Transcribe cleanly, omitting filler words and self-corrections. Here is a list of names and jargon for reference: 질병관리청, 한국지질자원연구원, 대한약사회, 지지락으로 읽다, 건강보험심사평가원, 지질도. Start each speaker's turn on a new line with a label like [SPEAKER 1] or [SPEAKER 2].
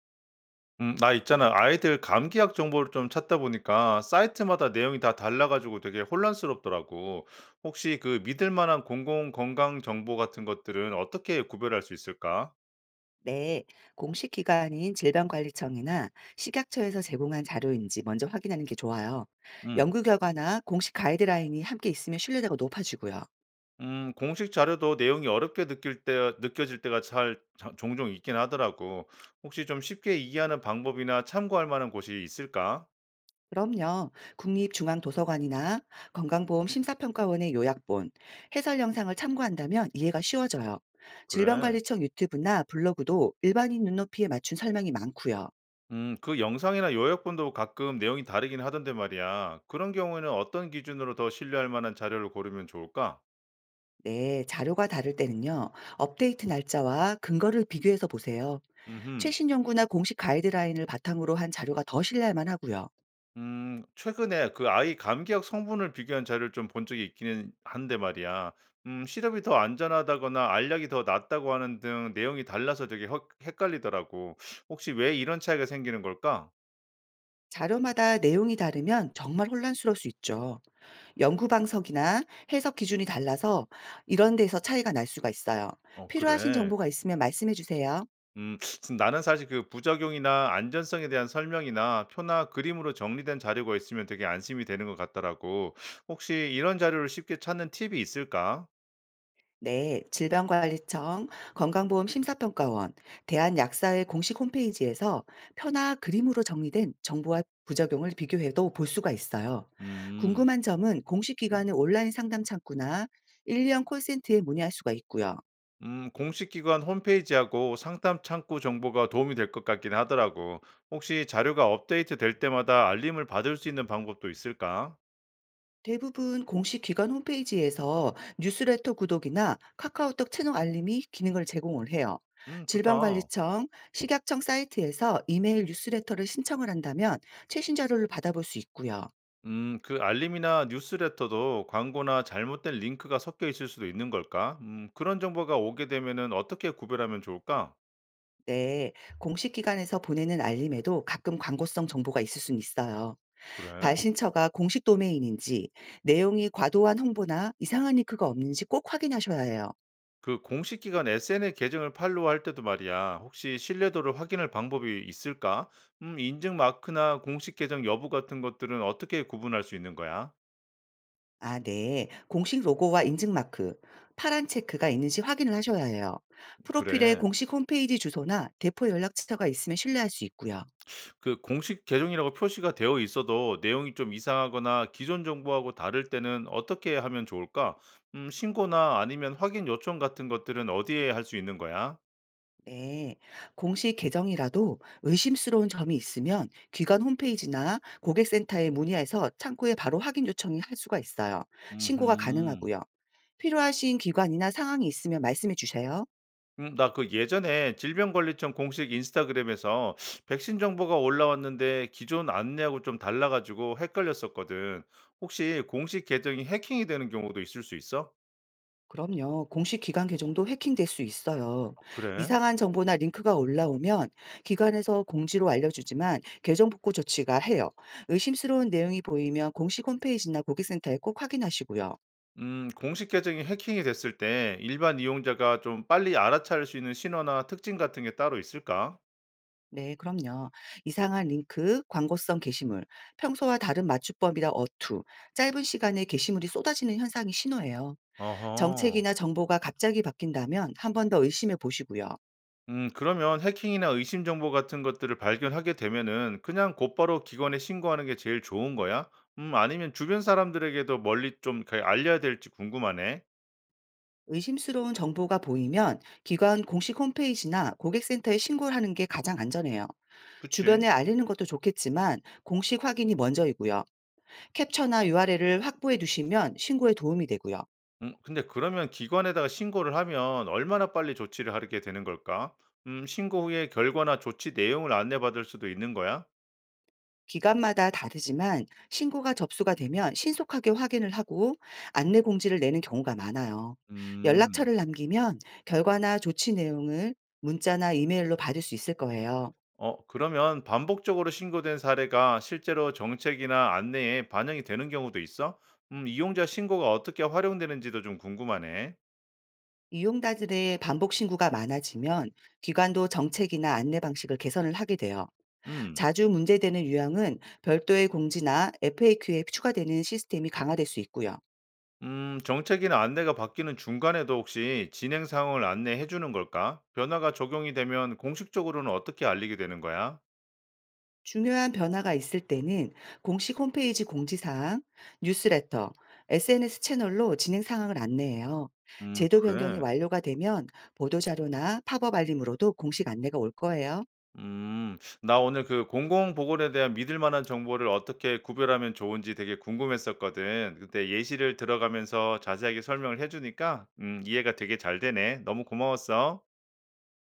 [SPEAKER 1] 나 있잖아. 아이들 감기약 정보를 좀 찾다 보니까 사이트마다 내용이 다 달라가지고 되게 혼란스럽더라고. 혹시 그 믿을 만한 공공 건강 정보 같은 것들은 어떻게 구별할 수 있을까?
[SPEAKER 2] 네, 공식 기관인 질병관리청이나 식약처에서 제공한 자료인지 먼저 확인하는 게 좋아요.
[SPEAKER 1] 음.
[SPEAKER 2] 연구 결과나 공식 가이드라인이 함께 있으면 신뢰도가 높아지고요.
[SPEAKER 1] 공식 자료도 내용이 어렵게 느껴질 때가 종종 있긴 하더라고. 혹시 좀 쉽게 이해하는 방법이나 참고할 만한 곳이 있을까?
[SPEAKER 2] 그럼요. 국립중앙도서관이나 건강보험심사평가원의 요약본, 해설 영상을 참고한다면 이해가 쉬워져요.
[SPEAKER 1] 그래.
[SPEAKER 2] 질병관리청 유튜브나 블로그도 일반인 눈높이에 맞춘 설명이 많고요.
[SPEAKER 1] 그 영상이나 요약본도 가끔 내용이 다르긴 하던데 말이야. 그런 경우에는 어떤 기준으로 더 신뢰할 만한 자료를 고르면 좋을까?
[SPEAKER 2] 네, 자료가 다를 때는요. 업데이트 날짜와 근거를 비교해서 보세요.
[SPEAKER 1] 음,
[SPEAKER 2] 최신 연구나 공식 가이드라인을 바탕으로 한 자료가 더 신뢰할 만하고요.
[SPEAKER 1] 최근에 그 아이 감기약 성분을 비교한 자료를 좀 본 적이 있기는 한데 말이야. 시럽이 더 안전하다거나 알약이 더 낫다고 하는 등 내용이 달라서 되게 헷갈리더라고. 혹시 왜 이런 차이가 생기는 걸까?
[SPEAKER 2] 자료마다 내용이 다르면 정말 혼란스러울 수 있죠. 연구 방석이나 해석 기준이 달라서 이런 데서 차이가 날 수가 있어요.
[SPEAKER 1] 어,
[SPEAKER 2] 필요하신
[SPEAKER 1] 그래.
[SPEAKER 2] 정보가 있으면 말씀해 주세요.
[SPEAKER 1] 음 나는 사실 그 부작용이나 안전성에 대한 설명이나 표나 그림으로 정리된 자료가 있으면 되게 안심이 되는 것 같더라고. 혹시 이런 자료를 쉽게 찾는 팁이 있을까?
[SPEAKER 2] 네, 질병관리청, 건강보험심사평가원, 대한약사회 공식 홈페이지에서 표나 그림으로 정리된 정보와 부작용을 비교해도 볼 수가 있어요.
[SPEAKER 1] 음.
[SPEAKER 2] 궁금한 점은 공식 기관의 온라인 상담 창구나 1년 콜센터에 문의할 수가 있고요.
[SPEAKER 1] 공식 기관 홈페이지하고 상담 창구 정보가 도움이 될 것 같긴 하더라고. 혹시 자료가 업데이트 될 때마다 알림을 받을 수 있는 방법도 있을까?
[SPEAKER 2] 대부분 공식 기관 홈페이지에서 뉴스레터 구독이나 카카오톡 채널 알림이 기능을 제공을 해요.
[SPEAKER 1] 좋다.
[SPEAKER 2] 질병관리청, 식약청 사이트에서 이메일 뉴스레터를 신청을 한다면 최신 자료를 받아볼 수 있고요.
[SPEAKER 1] 그 알림이나 뉴스레터도 광고나 잘못된 링크가 섞여 있을 수도 있는 걸까? 그런 정보가 오게 되면은 어떻게 구별하면 좋을까?
[SPEAKER 2] 네, 공식 기관에서 보내는 알림에도 가끔 광고성 정보가 있을 수는 있어요.
[SPEAKER 1] 그래?
[SPEAKER 2] 발신처가 공식 도메인인지, 내용이 과도한 홍보나 이상한 링크가 없는지 꼭 확인하셔야 해요.
[SPEAKER 1] 그 공식 기관 SNS 계정을 팔로우할 때도 말이야. 혹시 신뢰도를 확인할 방법이 있을까? 인증 마크나 공식 계정 여부 같은 것들은 어떻게 구분할 수 있는 거야?
[SPEAKER 2] 아, 네. 공식 로고와 인증 마크, 파란 체크가 있는지 확인을 하셔야 해요. 프로필에
[SPEAKER 1] 그래.
[SPEAKER 2] 공식 홈페이지 주소나 대포 연락처가 있으면 신뢰할 수 있고요.
[SPEAKER 1] 그 공식 계정이라고 표시가 되어 있어도 내용이 좀 이상하거나 기존 정보하고 다를 때는 어떻게 하면 좋을까? 신고나 아니면 확인 요청 같은 것들은 어디에 할 수 있는 거야?
[SPEAKER 2] 네, 공식 계정이라도 의심스러운 점이 있으면 기관 홈페이지나 고객센터에 문의해서 창구에 바로 확인 요청이 할 수가 있어요. 신고가
[SPEAKER 1] 음,
[SPEAKER 2] 가능하고요. 필요하신 기관이나 상황이 있으면 말씀해 주세요.
[SPEAKER 1] 나 그 예전에 질병관리청 공식 인스타그램에서 백신 정보가 올라왔는데 기존 안내하고 좀 달라가지고 헷갈렸었거든. 혹시 공식 계정이 해킹이 되는 경우도 있을 수 있어?
[SPEAKER 2] 그럼요. 공식 기관 계정도 해킹될 수 있어요.
[SPEAKER 1] 그래?
[SPEAKER 2] 이상한 정보나 링크가 올라오면 기관에서 공지로 알려주지만 계정 복구 조치가 해요. 의심스러운 내용이 보이면 공식 홈페이지나 고객센터에 꼭 확인하시고요.
[SPEAKER 1] 공식 계정이 해킹이 됐을 때 일반 이용자가 좀 빨리 알아차릴 수 있는 신호나 특징 같은 게 따로 있을까?
[SPEAKER 2] 네, 그럼요. 이상한 링크, 광고성 게시물, 평소와 다른 맞춤법이나 어투, 짧은 시간에 게시물이 쏟아지는 현상이 신호예요.
[SPEAKER 1] 어허.
[SPEAKER 2] 정책이나 정보가 갑자기 바뀐다면 한 번 더 의심해 보시고요.
[SPEAKER 1] 그러면 해킹이나 의심 정보 같은 것들을 발견하게 되면은 그냥 곧바로 기관에 신고하는 게 제일 좋은 거야? 아니면 주변 사람들에게도 멀리 알려야 될지 궁금하네.
[SPEAKER 2] 의심스러운 정보가 보이면 기관 공식 홈페이지나 고객센터에 신고를 하는 게 가장 안전해요.
[SPEAKER 1] 그치.
[SPEAKER 2] 주변에 알리는 것도 좋겠지만 공식 확인이 먼저이고요. 캡처나 URL을 확보해 두시면 신고에 도움이 되고요.
[SPEAKER 1] 근데 그러면 기관에다가 신고를 하면 얼마나 빨리 조치를 하게 되는 걸까? 신고 후에 결과나 조치 내용을 안내받을 수도 있는 거야?
[SPEAKER 2] 기관마다 다르지만 신고가 접수가 되면 신속하게 확인을 하고 안내 공지를 내는 경우가 많아요.
[SPEAKER 1] 음.
[SPEAKER 2] 연락처를 남기면 결과나 조치 내용을 문자나 이메일로 받을 수 있을 거예요.
[SPEAKER 1] 어, 그러면 반복적으로 신고된 사례가 실제로 정책이나 안내에 반영이 되는 경우도 있어? 이용자 신고가 어떻게 활용되는지도 좀 궁금하네.
[SPEAKER 2] 이용자들의 반복 신고가 많아지면 기관도 정책이나 안내 방식을 개선을 하게 돼요.
[SPEAKER 1] 음,
[SPEAKER 2] 자주 문제되는 유형은 별도의 공지나 FAQ에 추가되는 시스템이 강화될 수 있고요.
[SPEAKER 1] 정책이나 안내가 바뀌는 중간에도 혹시 진행 상황을 안내해 주는 걸까? 변화가 적용이 되면 공식적으로는 어떻게 알리게 되는 거야?
[SPEAKER 2] 중요한 변화가 있을 때는 공식 홈페이지 공지사항, 뉴스레터, SNS 채널로 진행 상황을 안내해요. 제도 변경이
[SPEAKER 1] 그래.
[SPEAKER 2] 완료가 되면 보도자료나 팝업 알림으로도 공식 안내가 올 거예요.
[SPEAKER 1] 음. 나 오늘 그 공공 보건에 대한 믿을 만한 정보를 어떻게 구별하면 좋은지 되게 궁금했었거든. 근데 예시를 들어가면서 자세하게 설명을 해 주니까 이해가 되게 잘 되네. 너무 고마웠어.